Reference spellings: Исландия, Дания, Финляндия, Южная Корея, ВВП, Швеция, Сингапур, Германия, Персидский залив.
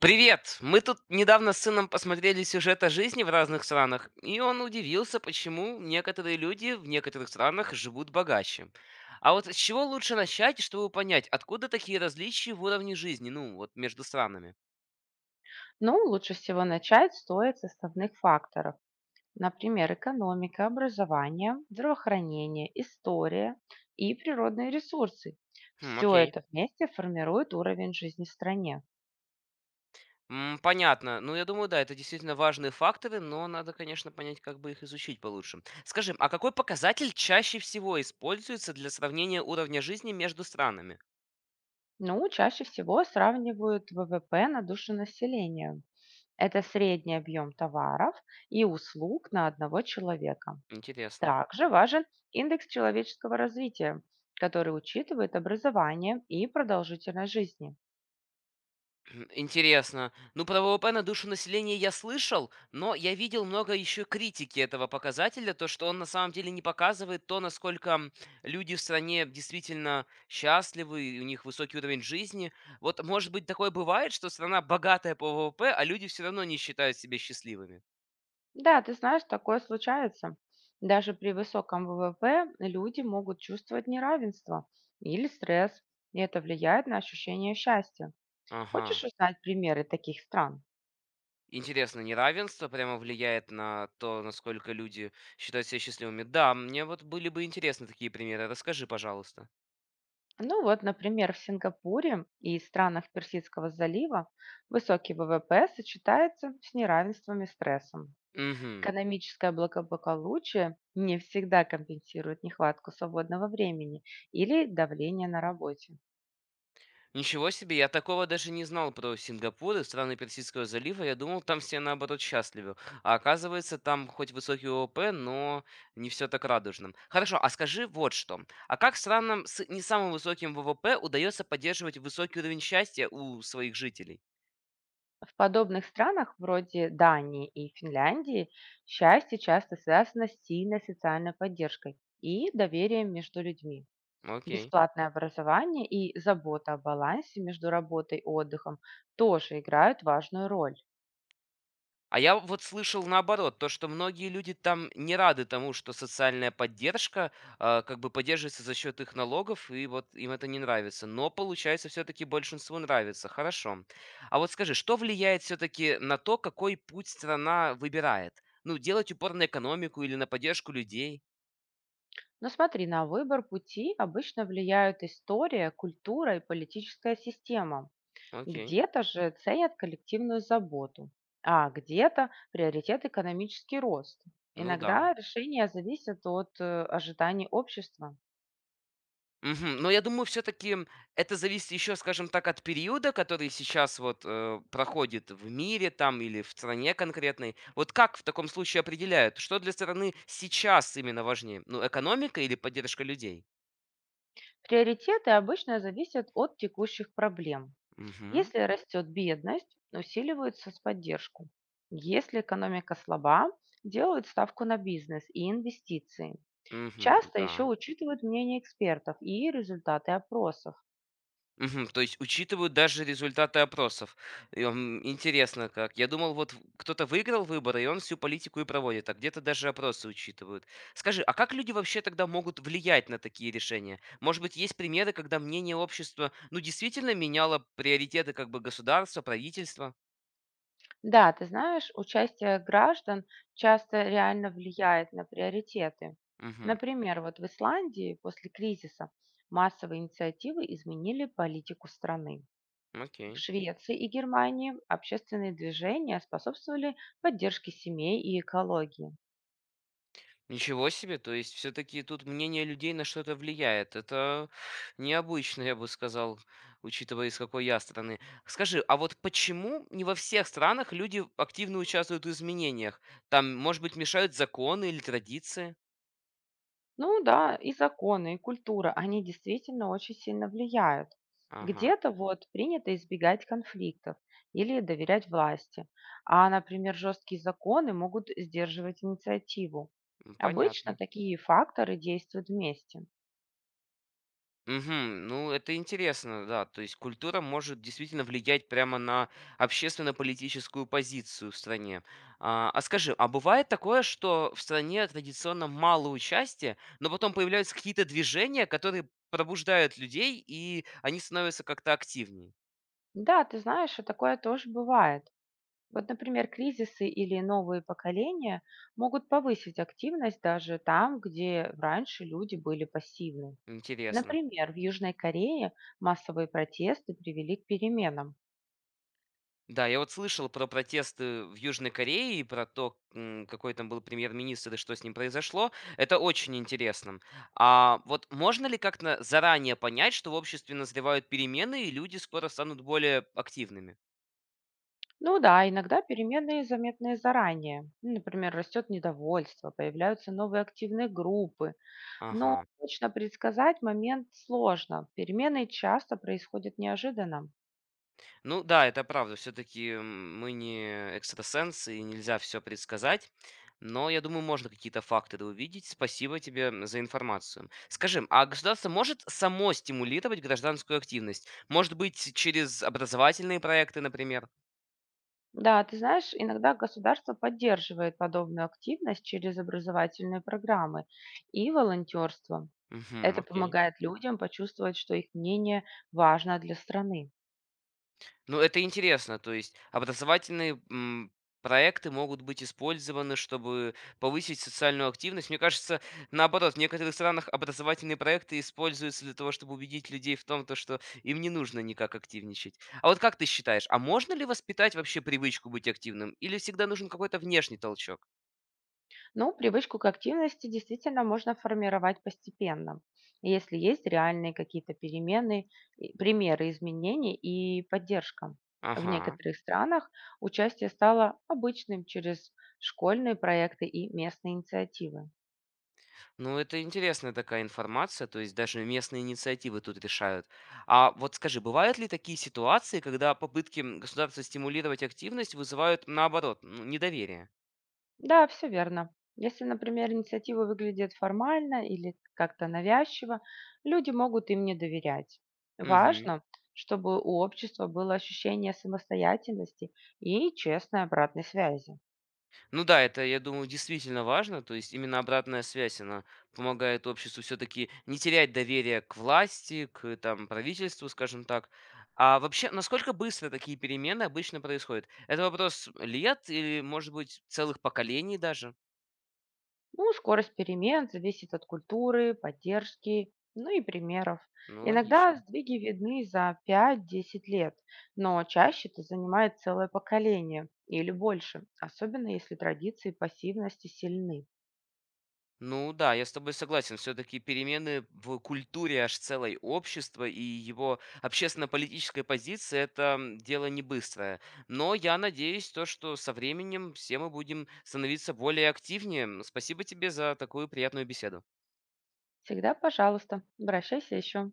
Привет! Мы тут недавно с сыном посмотрели сюжет о жизни в разных странах, и он удивился, почему некоторые люди в некоторых странах живут богаче. А вот с чего лучше начать, чтобы понять, откуда такие различия в уровне жизни, ну, вот между странами? Ну, лучше всего начать стоит с основных факторов. Например, экономика, образование, здравоохранение, история и природные ресурсы. Хм, Все окей. это вместе формирует уровень жизни в стране. Понятно. Ну, я думаю, да, это действительно важные факторы, но надо, конечно, понять, как бы их изучить получше. Скажи, а какой показатель чаще всего используется для сравнения уровня жизни между странами? Ну, чаще всего сравнивают ВВП на душу населения. Это средний объем товаров и услуг на одного человека. Интересно. Также важен индекс человеческого развития, который учитывает образование и продолжительность жизни. Интересно. Ну, про ВВП на душу населения я слышал, но я видел много еще критики этого показателя, то, что он на самом деле не показывает то, насколько люди в стране действительно счастливы, и у них высокий уровень жизни. Вот, может быть, такое бывает, что страна богатая по ВВП, а люди все равно не считают себя счастливыми. Да, ты знаешь, такое случается. Даже при высоком ВВП люди могут чувствовать неравенство или стресс, и это влияет на ощущение счастья. Ага. Хочешь узнать примеры таких стран? Интересно, неравенство прямо влияет на то, насколько люди считают себя счастливыми. Да, мне вот были бы интересны такие примеры. Расскажи, пожалуйста. Ну вот, например, в Сингапуре и странах Персидского залива высокий ВВП сочетается с неравенством и стрессом. Угу. Экономическое благополучие не всегда компенсирует нехватку свободного времени или давление на работе. Ничего себе, я такого даже не знал про Сингапур и страны Персидского залива. Я думал, там все наоборот счастливы. А оказывается, там хоть высокий ОВП, но не все так радужно. Хорошо, а скажи вот что. А как странам с не самым высоким ВВП удается поддерживать высокий уровень счастья у своих жителей? В подобных странах, вроде Дании и Финляндии, счастье часто связано с сильной социальной поддержкой и доверием между людьми. Окей. Бесплатное образование и забота о балансе между работой и отдыхом тоже играют важную роль. А я вот слышал наоборот, то, что многие люди там не рады тому, что социальная поддержка, а, как бы поддерживается за счет их налогов, и вот им это не нравится. Но, получается, все-таки большинству нравится. Хорошо. А вот скажи, что влияет все-таки на то, какой путь страна выбирает? Ну, делать упор на экономику или на поддержку людей? Но смотри, на выбор пути обычно влияют история, культура и политическая система. Окей. Где-то же ценят коллективную заботу, а где-то приоритет экономический рост. Ну да. Иногда решения зависят от ожиданий общества. Мгм. Но я думаю, все-таки это зависит еще, скажем так, от периода, который сейчас вот проходит в мире там или в стране конкретной. Вот как в таком случае определяют, что для страны сейчас именно важнее? Ну, экономика или поддержка людей? Приоритеты обычно зависят от текущих проблем. Угу. Если растет бедность, усиливаются с поддержку. Если экономика слаба, делают ставку на бизнес и инвестиции. Угу. Часто еще Да. учитывают мнение экспертов и результаты опросов. Мгм. То есть учитывают даже результаты опросов. Интересно как. Я думал, вот кто-то выиграл выборы, и он всю политику и проводит, а где-то даже опросы учитывают. Скажи, а как люди вообще тогда могут влиять на такие решения? Может быть, есть примеры, когда мнение общества, ну, действительно меняло приоритеты как бы государства, правительства? Да, ты знаешь, участие граждан часто реально влияет на приоритеты. Угу. Например, вот в Исландии после кризиса массовые инициативы изменили политику страны. В Окей. Швеции и Германии общественные движения способствовали поддержке семей и экологии. Ничего себе, то есть все-таки тут мнение людей на что-то влияет. Это необычно, я бы сказал, учитывая, из какой я страны. Скажи, а вот почему не во всех странах люди активно участвуют в изменениях? Там, может быть, мешают законы или традиции? Ну да, и законы, и культура, они действительно очень сильно влияют. Ага, Где-то вот принято избегать конфликтов или доверять власти, а, например, жесткие законы могут сдерживать инициативу. Обычно понятно. такие факторы действуют вместе. Мгм. Ну, это интересно, да. То есть культура может действительно влиять прямо на общественно-политическую позицию в стране. А скажи, а бывает такое, что в стране традиционно мало участия, но потом появляются какие-то движения, которые пробуждают людей, и они становятся как-то активнее? Да, ты знаешь, и такое тоже бывает. Вот, например, кризисы или новые поколения могут повысить активность даже там, где раньше люди были пассивны. Интересно. Например, в Южной Корее массовые протесты привели к переменам. Да, я вот слышал про протесты в Южной Корее и про то, какой там был премьер-министр и что с ним произошло. Это очень интересно. А вот можно ли как-то заранее понять, что в обществе назревают перемены и люди скоро станут более активными? Ну да, иногда перемены заметны заранее. Ну, например, растет недовольство, появляются новые активные группы. Но Ага. точно предсказать момент сложно. Перемены часто происходят неожиданно. Ну да, это правда. Все-таки мы не экстрасенсы, и нельзя все предсказать. Но я думаю, можно какие-то факторы увидеть. Спасибо тебе за информацию. Скажи, а государство может само стимулировать гражданскую активность? Может быть, через образовательные проекты, например? Да, ты знаешь, иногда государство поддерживает подобную активность через образовательные программы и волонтерство. Это Угу, окей. помогает людям почувствовать, что их мнение важно для страны. Ну, это интересно. То есть образовательные проекты могут быть использованы, чтобы повысить социальную активность. Мне кажется, наоборот, в некоторых странах образовательные проекты используются для того, чтобы убедить людей в том, то, что им не нужно никак активничать. А вот как ты считаешь, а можно ли воспитать вообще привычку быть активным? Или всегда нужен какой-то внешний толчок? Но привычку к активности действительно можно формировать постепенно, если есть реальные какие-то перемены, примеры изменений и поддержка. В Ага. некоторых странах участие стало обычным через школьные проекты и местные инициативы. Ну, это интересная такая информация, то есть даже местные инициативы тут решают. А вот скажи, бывают ли такие ситуации, когда попытки государства стимулировать активность вызывают, наоборот, ну, недоверие? Да, все верно. Если, например, инициатива выглядит формально или как-то навязчиво, люди могут им не доверять. Мгм. Важно, чтобы у общества было ощущение самостоятельности и честной обратной связи. Ну да, это, я думаю, действительно важно, то есть именно обратная связь, она помогает обществу все-таки не терять доверие к власти, к там, правительству, скажем так. А вообще, насколько быстро такие перемены обычно происходят? Это вопрос лет или, может быть, целых поколений даже? Ну, скорость перемен зависит от культуры, поддержки, ну и примеров. Ну, Иногда логично. сдвиги видны за 5–10 лет, но чаще это занимает целое поколение или больше, особенно если традиции пассивности сильны. Ну да, я с тобой согласен. Все-таки перемены в культуре аж целой общества и его общественно-политической позиции это дело не быстрое. Но я надеюсь, то, что со временем все мы будем становиться более активнее. Спасибо тебе за такую приятную беседу. Всегда пожалуйста, обращайся еще.